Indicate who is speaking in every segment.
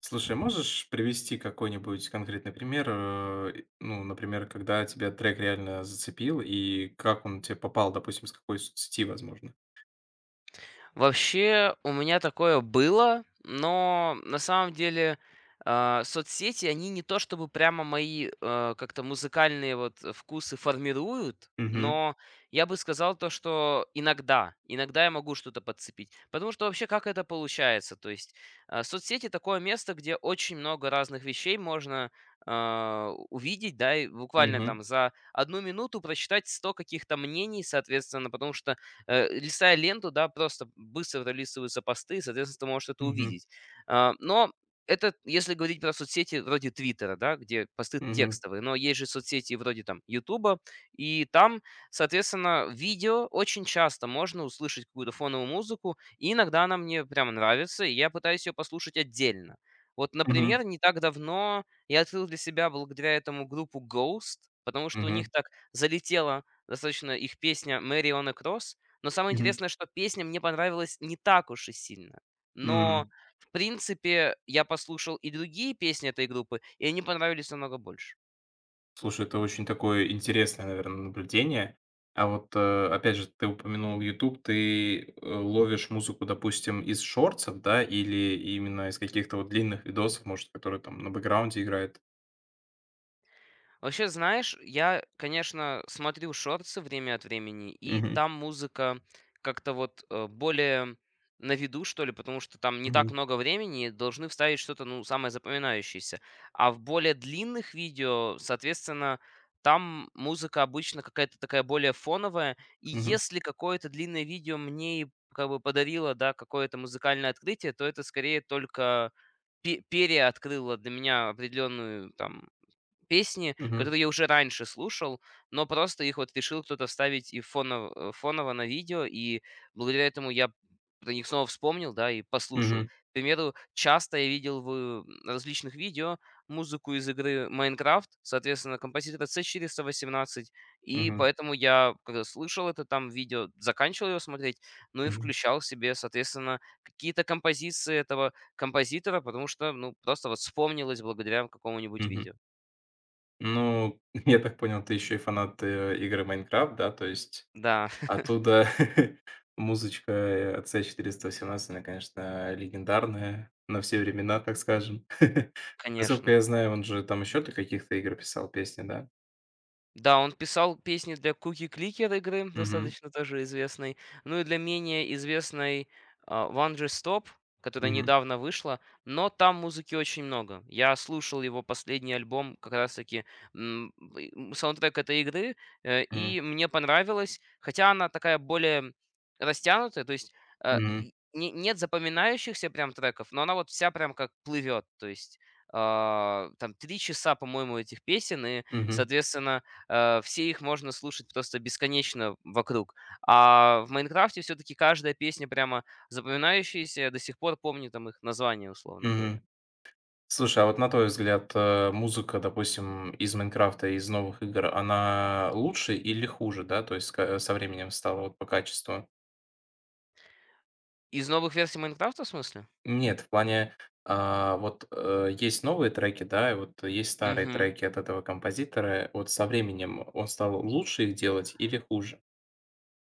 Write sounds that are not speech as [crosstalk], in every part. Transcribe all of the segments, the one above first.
Speaker 1: Слушай, можешь привести какой-нибудь конкретный пример? Ну, например, когда тебя трек реально зацепил и как он тебе попал, допустим, с какой соцсети, возможно?
Speaker 2: Вообще, у меня такое было, но на самом деле, соцсети, они не то чтобы прямо мои, как-то музыкальные вот вкусы формируют,
Speaker 1: Мгм.
Speaker 2: но я бы сказал то, что иногда я могу что-то подцепить. Потому что вообще как это получается? То есть соцсети такое место, где очень много разных вещей можно увидеть, да, и буквально
Speaker 1: Мгм.
Speaker 2: там за одну минуту прочитать 100 каких-то мнений, соответственно, потому что листая ленту, да, просто быстро пролистываются посты, и, соответственно, ты можешь это
Speaker 1: Мгм.
Speaker 2: увидеть. Но это если говорить про соцсети вроде Твиттера, да, где посты
Speaker 1: Мгм.
Speaker 2: текстовые, но есть же соцсети вроде там Ютуба, и там, соответственно, видео очень часто можно услышать какую-то фоновую музыку, и иногда она мне прям нравится, и я пытаюсь ее послушать отдельно. Вот,
Speaker 1: Мгм.
Speaker 2: например, не так давно я открыл для себя благодаря этому группу Ghost, потому что у
Speaker 1: Мгм.
Speaker 2: них так залетела достаточно их песня Mary on a Cross, но самое
Speaker 1: Мгм.
Speaker 2: интересное, что песня мне понравилась не так уж и сильно. Но,
Speaker 1: М.
Speaker 2: в принципе, я послушал и другие песни этой группы, и они понравились намного больше.
Speaker 1: Слушай, это очень такое интересное, наверное, наблюдение. А вот, опять же, ты упомянул YouTube, ты ловишь музыку, допустим, из шортсов, да, или именно из каких-то вот длинных видосов, может, которые там на бэкграунде играет?
Speaker 2: Вообще, знаешь, я, конечно, смотрю шорты время от времени, и
Speaker 1: Мгм.
Speaker 2: там музыка как-то вот, более на виду, что ли, потому что там не так
Speaker 1: Мгм.
Speaker 2: много времени, и должны вставить что-то, ну, самое запоминающееся. А в более длинных видео, соответственно, там музыка обычно какая-то такая более фоновая, и
Speaker 1: Мгм.
Speaker 2: если какое-то длинное видео мне и как бы подарило, да, какое-то музыкальное открытие, то это скорее только переоткрыло для меня определенную там песни,
Speaker 1: Мгм.
Speaker 2: которые я уже раньше слушал, но просто их вот решил кто-то вставить и фоново на видео, и благодаря этому я про них снова вспомнил, да, и послушал.
Speaker 1: Мгм,
Speaker 2: К примеру, часто я видел в, различных видео музыку из игры «Майнкрафт», соответственно, композитора C418, и
Speaker 1: мгм,
Speaker 2: поэтому я, когда слышал это там видео, заканчивал его смотреть, ну и
Speaker 1: мгм,
Speaker 2: включал себе, соответственно, какие-то композиции этого композитора, потому что, ну, просто вот вспомнилось благодаря какому-нибудь
Speaker 1: мгм.
Speaker 2: видео.
Speaker 1: Ну, [laughs] я так понял, ты еще и фанат, игры "Майнкрафт", да? То есть
Speaker 2: Да, [laughs]
Speaker 1: оттуда [laughs] музычка, от "С 418", она, конечно, легендарная на все времена, так скажем. [laughs] Насколько
Speaker 2: конечно.
Speaker 1: я знаю, он же там еще для каких-то игр писал песни, да?
Speaker 2: Да, он писал песни для Cookie Кликер игры,
Speaker 1: Мгм,
Speaker 2: достаточно тоже известной, ну и для менее известной, One Just Stop, которая
Speaker 1: мгм,
Speaker 2: недавно вышла, но там музыки очень много. Я слушал его последний альбом, как раз-таки, м, и, саундтрек этой игры,
Speaker 1: м,
Speaker 2: и мне понравилось, хотя она такая более растянутая, то есть,
Speaker 1: мгм,
Speaker 2: и нет запоминающихся прям треков, но она вот вся прям как плывет, то есть, там три часа, по-моему, этих песен, и,
Speaker 1: мгм,
Speaker 2: соответственно, все их можно слушать просто бесконечно вокруг. А в «Майнкрафте» все-таки каждая песня прямо запоминающаяся, я до сих пор помню там их названия, условно говоря.
Speaker 1: мгм. Слушай, а вот на твой взгляд, музыка, допустим, из "Майнкрафта", из новых игр, она лучше или хуже, да? То есть ка со временем стала вот по качеству?
Speaker 2: Из новых версий «Майнкрафта» в смысле?
Speaker 1: Нет, в плане, есть новые треки, да, и вот есть старые
Speaker 2: Мгм.
Speaker 1: треки от этого композитора. Вот со временем он стал лучше их делать или хуже?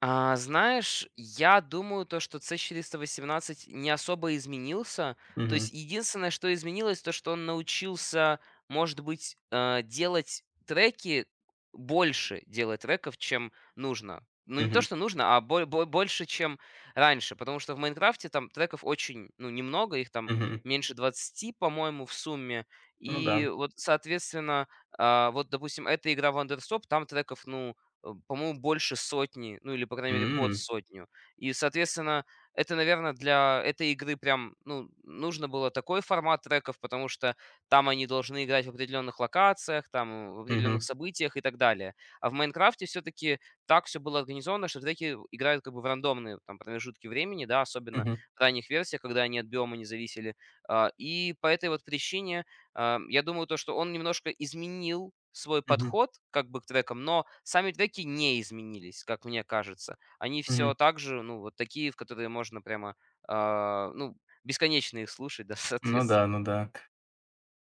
Speaker 2: Знаешь, я думаю, то, что C418 не особо изменился. То
Speaker 1: Мгм,
Speaker 2: есть единственное, что изменилось, то, что он научился, может быть, делать треки, больше делать треков, чем нужно. Ну, не то,
Speaker 1: мгм,
Speaker 2: что нужно, а больше, чем раньше. Потому что в Майнкрафте там треков очень, ну, немного, их там
Speaker 1: мгм.
Speaker 2: меньше 20, по-моему, в сумме.
Speaker 1: Ну да.
Speaker 2: И вот, соответственно, вот, допустим, эта игра Wonderstop, там треков, ну, по-моему, больше сотни, ну или, по крайней мере, под
Speaker 1: М.
Speaker 2: сотню. И, соответственно, это, наверное, для этой игры прям, ну, нужно было такой формат треков, потому что там они должны играть в определенных локациях, там в определенных
Speaker 1: Мгм,
Speaker 2: событиях и так далее. А в Майнкрафте все-таки так все было организовано, что треки играют как бы в рандомные там промежутки времени, да, особенно
Speaker 1: мгм,
Speaker 2: в ранних версиях, когда они от биома не зависели. И по этой вот причине, я думаю, то, что он немножко изменил свой
Speaker 1: мгм,
Speaker 2: подход как бы к трекам, но сами треки не изменились, как мне кажется. Они
Speaker 1: мгм.
Speaker 2: все так же, ну, вот такие, в которые можно прямо, ну, бесконечно их слушать, да, [laughs]
Speaker 1: Ну
Speaker 2: соответственно.
Speaker 1: да, ну да.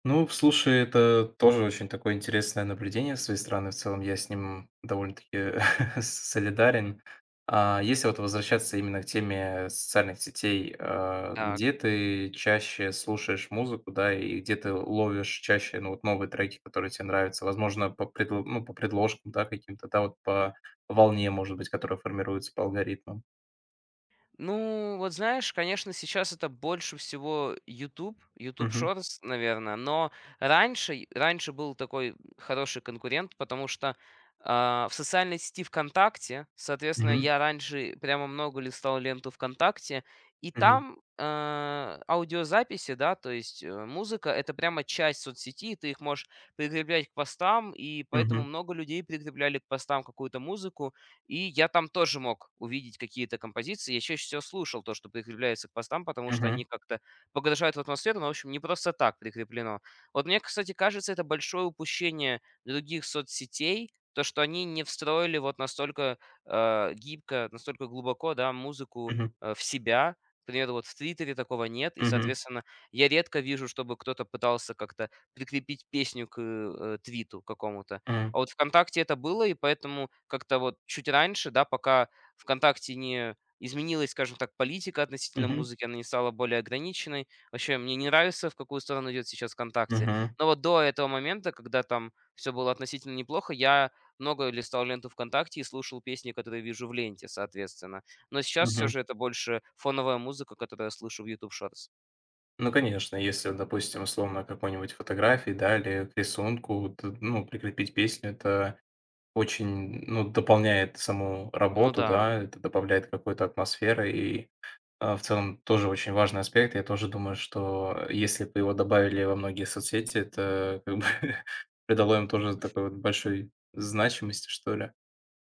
Speaker 1: Ну, слушай, это тоже очень такое интересное наблюдение с твоей стороны. В целом я с ним довольно-таки [laughs] солидарен. А, если вот возвращаться именно к теме социальных сетей, а,
Speaker 2: Так.
Speaker 1: где ты чаще слушаешь музыку, да, и где ты ловишь чаще, ну, вот новые треки, которые тебе нравятся? Возможно, по предло ну, по предложкам, да, каким-то, да, вот по волне, может быть, которая формируется по алгоритмам.
Speaker 2: Ну, вот знаешь, конечно, сейчас это больше всего YouTube, YouTube Shorts, наверное, но раньше был такой хороший конкурент, потому что, в социальной сети ВКонтакте, соответственно,
Speaker 1: Мгм.
Speaker 2: я раньше прямо много листал ленту ВКонтакте, и там, аудиозаписи, да, то есть, музыка, это прямо часть соцсети, ты их можешь прикреплять к постам, и поэтому
Speaker 1: Мгм.
Speaker 2: много людей прикрепляли к постам какую-то музыку, и я там тоже мог увидеть какие-то композиции. Я чаще всего слушал то, что прикрепляется к постам, потому что
Speaker 1: Мгм.
Speaker 2: они как-то погружают в атмосферу, но, в общем, не просто так прикреплено. Вот мне, кстати, кажется, это большое упущение других соцсетей, то, что они не встроили вот настолько, гибко, настолько глубоко, да, музыку,
Speaker 1: Мгм.
Speaker 2: в себя. К примеру, вот в Твиттере такого нет, и,
Speaker 1: Мгм.
Speaker 2: соответственно, я редко вижу, чтобы кто-то пытался как-то прикрепить песню к, твиту какому-то.
Speaker 1: Мгм.
Speaker 2: А вот «ВКонтакте» это было, и поэтому как-то вот чуть раньше, да, пока «ВКонтакте» не изменилась, скажем так, политика относительно
Speaker 1: Мгм.
Speaker 2: музыки, она не стала более ограниченной. Вообще, мне не нравится, в какую сторону идет сейчас
Speaker 1: Мгм.
Speaker 2: «ВКонтакте».
Speaker 1: Мгм.
Speaker 2: Но вот до этого момента, когда там все было относительно неплохо, я много листал ленту «ВКонтакте» и слушал песни, которые вижу в ленте, соответственно. Но сейчас все
Speaker 1: Мгм.
Speaker 2: же это больше фоновая музыка, которую я слышу в YouTube Shorts.
Speaker 1: Ну, конечно, если, допустим, условно к какой-нибудь фотографии, да, или к рисунку, ну, прикрепить песню, это очень, ну, дополняет саму
Speaker 2: Ну
Speaker 1: работу,
Speaker 2: да.
Speaker 1: да, это добавляет какой-то атмосферы, и а, в целом тоже очень важный аспект. Я тоже думаю, что если бы его добавили во многие соцсети, это как бы [laughs] придало им тоже такой вот большой значимости, что ли.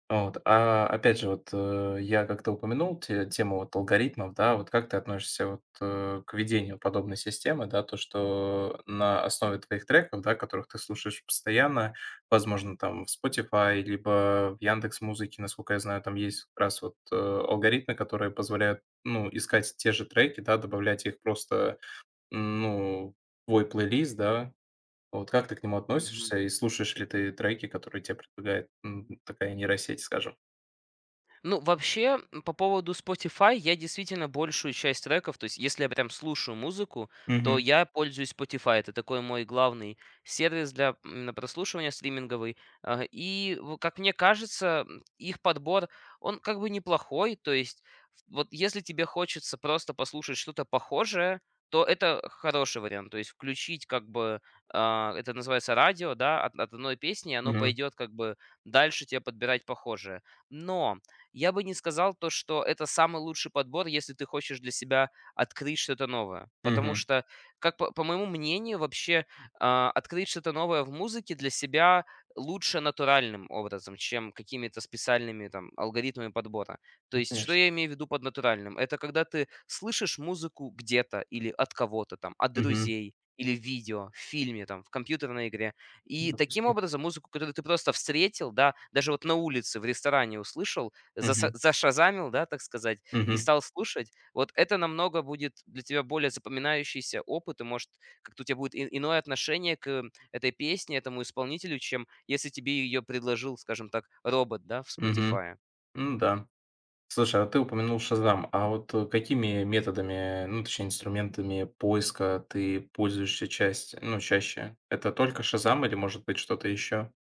Speaker 1: А вот, а, опять же, вот, я как-то упомянул те тему вот алгоритмов, да. Вот как ты относишься вот, к ведению подобной системы, да? То, что на основе твоих треков, да, которых ты слушаешь постоянно, возможно, там в Spotify либо в Яндекс Музыке, насколько я знаю, там есть как раз вот, алгоритмы, которые позволяют, ну, искать те же треки, да, добавлять их просто, м, ну, в твой плейлист, да. Вот как ты к нему
Speaker 2: Мгм.
Speaker 1: относишься и слушаешь ли ты треки, которые тебе предлагает, м, такая нейросеть, скажем?
Speaker 2: Ну, вообще, по поводу Spotify, я действительно большую часть треков, то есть если я прям слушаю музыку, то
Speaker 1: Мгм,
Speaker 2: я пользуюсь Spotify. Это такой мой главный сервис для именно прослушивания стриминговый. Как мне кажется, их подбор, он как бы неплохой. То есть вот если тебе хочется просто послушать что-то похожее, то это хороший вариант. То есть включить как бы, это называется радио, да, от одной песни, и оно
Speaker 1: мгм,
Speaker 2: пойдет как бы дальше тебе подбирать похожее. Но я бы не сказал то, что это самый лучший подбор, если ты хочешь для себя открыть что-то новое. Потому
Speaker 1: мгм.
Speaker 2: что, как по моему мнению, вообще, открыть что-то новое в музыке для себя лучше натуральным образом, чем какими-то специальными там алгоритмами подбора. То
Speaker 1: Ну,
Speaker 2: есть, что
Speaker 1: конечно.
Speaker 2: я имею в виду под натуральным? Это когда ты слышишь музыку где-то или от кого-то там, от
Speaker 1: Мгм.
Speaker 2: друзей или в видео, в фильме, там, в компьютерной игре. И таким
Speaker 1: Допустим.
Speaker 2: образом музыку, которую ты просто встретил, да, даже вот на улице, в ресторане услышал, заса
Speaker 1: Мгм,
Speaker 2: зашазамил, да, так сказать, и
Speaker 1: мгм,
Speaker 2: стал слушать, вот это намного будет для тебя более запоминающийся опыт, и, может, как-то у тебя будет и иное отношение к, этой песне, этому исполнителю, чем если тебе ее предложил, скажем так, робот, да, в
Speaker 1: мгм.
Speaker 2: Spotify.
Speaker 1: Ну да. Слушай, а ты упомянул "Шазам". А вот, какими методами, ну, точнее, инструментами поиска ты пользуешься часть ну, чаще? Это только "Шазам" или, может быть, что-то еще?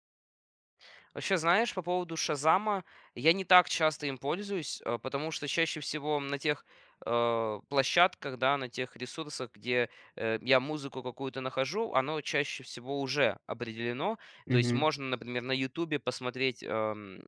Speaker 2: Вообще, знаешь, по поводу «Шазама», я не так часто им пользуюсь, потому что чаще всего на тех, площадках, да, на тех ресурсах, где, я музыку какую-то нахожу, оно чаще всего уже определено. То есть
Speaker 1: Мгм,
Speaker 2: можно, например, на «Ютубе» посмотреть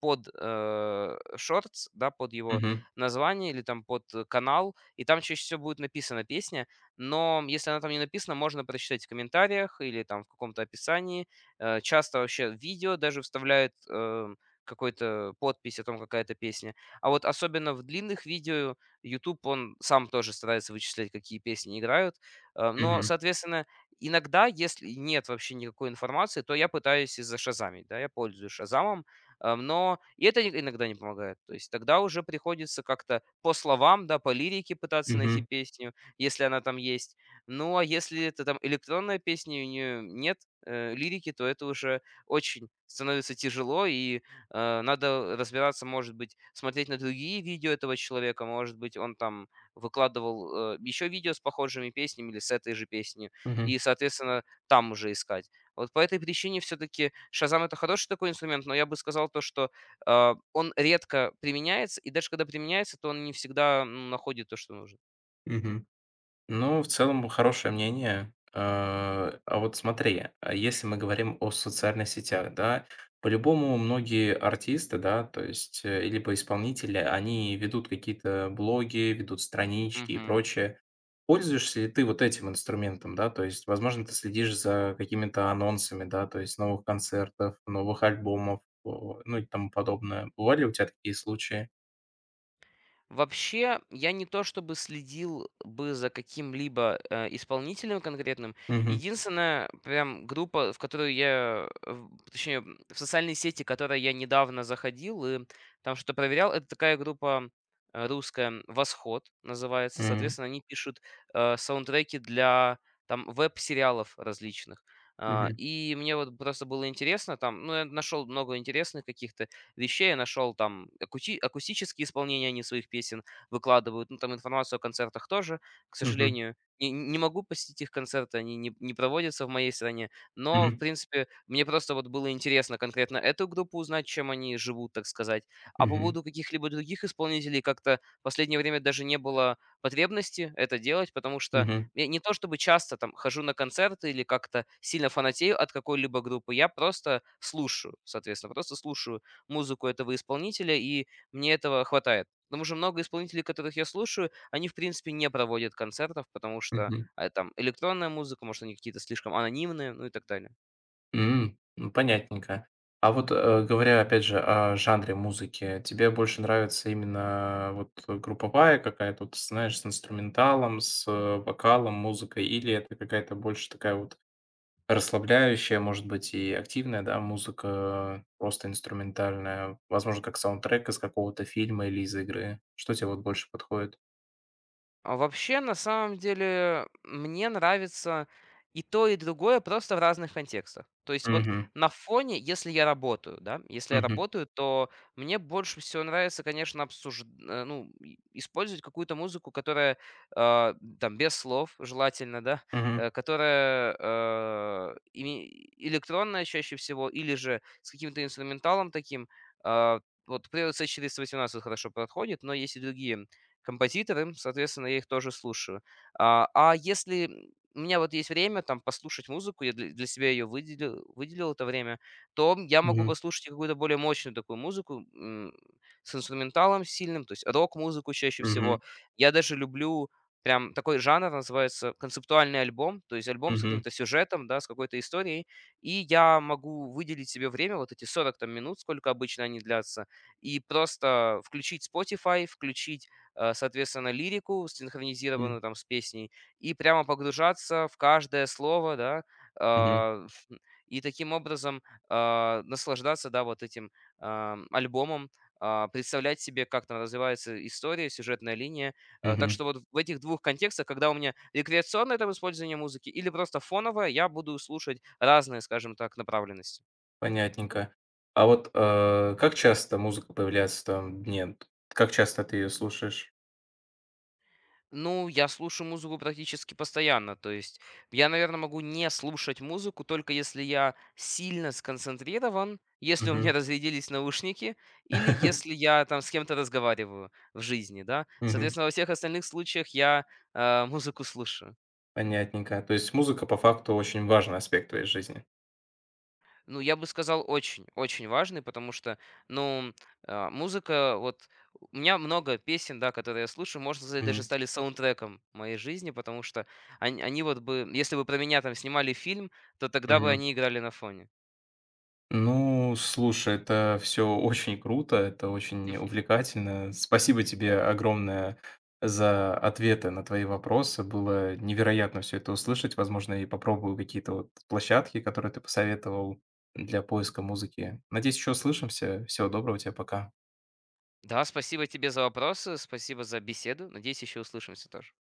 Speaker 2: под, шортс, да, под его
Speaker 1: мгм,
Speaker 2: название или там под, канал, и там чаще всего будет написана песня. Но если она там не написана, можно прочитать в комментариях или там в каком-то описании. Часто вообще в видео даже вставляют, какой-то подпись о том, какая это песня. А вот особенно в длинных видео YouTube он сам тоже старается вычислять, какие песни играют. Но,
Speaker 1: мгм,
Speaker 2: соответственно, иногда, если нет вообще никакой информации, то я пытаюсь из-за зашазамить, да, я пользуюсь «Шазамом». Но и это и иногда не помогает. То есть тогда уже приходится как-то по словам, да, по лирике пытаться найти
Speaker 1: мгм,
Speaker 2: песню, если она там есть. Ну, а если это там электронная песня, и у нее нет, лирики, то это уже очень становится тяжело, и, надо разбираться, может быть, смотреть на другие видео этого человека, может быть, он там выкладывал еще видео с похожими песнями или с этой же песней,
Speaker 1: мгм,
Speaker 2: и, соответственно, там уже искать. Вот по этой причине все таки «Шазам» — это хороший такой инструмент, но я бы сказал то, что, он редко применяется, и даже когда применяется, то он не всегда, находит то, что нужно.
Speaker 1: мгм. Ну, в целом, хорошее мнение. А вот смотри, а если мы говорим о социальных сетях, да, по-любому многие артисты, да, то есть, либо исполнители, они ведут какие-то блоги, ведут странички и
Speaker 2: Мгм.
Speaker 1: прочее. Пользуешься ли ты вот этим инструментом, да, то есть, возможно, ты следишь за какими-то анонсами, да, то есть новых концертов, новых альбомов, о, ну и тому подобное. Бывали у тебя такие случаи?
Speaker 2: Вообще, я не то чтобы следил бы за каким-либо, исполнителем конкретным.
Speaker 1: Мгм.
Speaker 2: Единственная прям группа, в которую я, э, в точнее, в социальной сети, которой я недавно заходил и там что-то проверял, это такая группа, русская, «Восход» называется.
Speaker 1: Мгм.
Speaker 2: Соответственно, они пишут, саундтреки для там веб-сериалов различных. А,
Speaker 1: Мгм.
Speaker 2: и мне вот просто было интересно там, ну, я нашел много интересных каких-то вещей. Я нашел там акустические исполнения они своих песен выкладывают, ну, там информацию о концертах тоже, к
Speaker 1: Мгм.
Speaker 2: сожалению. Не могу посетить их концерты, они не проводятся в моей стране, но, в
Speaker 1: Мгм.
Speaker 2: принципе, мне просто вот было интересно конкретно эту группу узнать, чем они живут, так сказать. А по
Speaker 1: Мгм.
Speaker 2: поводу каких-либо других исполнителей как-то в последнее время даже не было потребности это делать, потому что
Speaker 1: Мгм.
Speaker 2: я не то чтобы часто там хожу на концерты или как-то сильно фанатею от какой-либо группы, я просто слушаю, соответственно, просто слушаю музыку этого исполнителя, и мне этого хватает. Потому что много исполнителей, которых я слушаю, они, в принципе, не проводят концертов, потому что,
Speaker 1: Мгм.
Speaker 2: там электронная музыка, может, они какие-то слишком анонимные, ну и так далее.
Speaker 1: М, ну, понятненько. А вот, говоря опять же о жанре музыки, тебе больше нравится именно вот групповая какая-то, вот, знаешь, с инструменталом, с вокалом, музыкой, или это какая-то больше такая вот расслабляющая, может быть, и активная, да, музыка, просто инструментальная, возможно, как саундтрек из какого-то фильма или из игры? Что тебе вот больше подходит?
Speaker 2: А вообще, на самом деле, мне нравится и то, и другое, просто в разных контекстах. То есть вот
Speaker 1: Мгм.
Speaker 2: на фоне, если я работаю, да, если я
Speaker 1: Мгм.
Speaker 2: работаю, то мне больше всего нравится, конечно, ну, использовать какую-то музыку, которая, э, там без слов, желательно, да,
Speaker 1: Мгм.
Speaker 2: которая, электронная чаще всего, или же с каким-то инструменталом таким. э, вот Player C418 хорошо подходит, но есть и другие композиторы, соответственно, я их тоже слушаю. А если, у меня вот есть время там послушать музыку, я для себя ее выделил, выделил это время, то я могу
Speaker 1: Мгм.
Speaker 2: послушать и какую-то более мощную такую музыку, с инструменталом сильным, то есть рок-музыку чаще
Speaker 1: Мгм.
Speaker 2: всего. Я даже люблю прям такой жанр, называется концептуальный альбом, то есть альбом с
Speaker 1: Мгм.
Speaker 2: каким-то сюжетом, да, с какой-то историей, и я могу выделить себе время, вот эти 40 там минут, сколько обычно они длятся, и просто включить Spotify, включить, соответственно, лирику, синхронизированную там с песней, и прямо погружаться в каждое слово, да,
Speaker 1: Мгм.
Speaker 2: а, [laughs] и таким образом, наслаждаться, да, вот этим, альбомом, представлять себе, как там развивается история, сюжетная линия. Так
Speaker 1: Мгм.
Speaker 2: что вот в этих двух контекстах, когда у меня рекреационное там использование музыки или просто фоновое, я буду слушать разные, скажем так, направленности.
Speaker 1: Понятненько. А вот, как часто музыка появляется в твоём дне? Как часто ты ее слушаешь?
Speaker 2: Ну, я слушаю музыку практически постоянно. То есть я, наверное, могу не слушать музыку, только если я сильно сконцентрирован, если у меня [laughs]
Speaker 1: Мгм.
Speaker 2: разрядились наушники, или если
Speaker 1: [laughs]
Speaker 2: я там с кем-то разговариваю в жизни, да.
Speaker 1: Мгм.
Speaker 2: Соответственно, во всех остальных случаях я, музыку слушаю.
Speaker 1: Понятненько. То есть музыка по факту очень важный аспект твоей жизни.
Speaker 2: Ну, я бы сказал, очень, очень важный, потому что, ну, музыка, вот у меня много песен, да, которые я слушаю, можно сказать, даже
Speaker 1: Мгм.
Speaker 2: стали саундтреком моей жизни, потому что они вот бы, если бы про меня там снимали фильм, то тогда бы
Speaker 1: Мгм.
Speaker 2: они играли на фоне.
Speaker 1: Ну, слушай, это все очень круто, это очень увлекательно. Спасибо тебе огромное за ответы на твои вопросы. Было невероятно все это услышать. Возможно, и попробую какие-то вот площадки, которые ты посоветовал для поиска музыки. Надеюсь, еще услышимся. Всего доброго тебе, пока.
Speaker 2: Да, спасибо тебе за вопросы, спасибо за беседу. Надеюсь, еще услышимся тоже.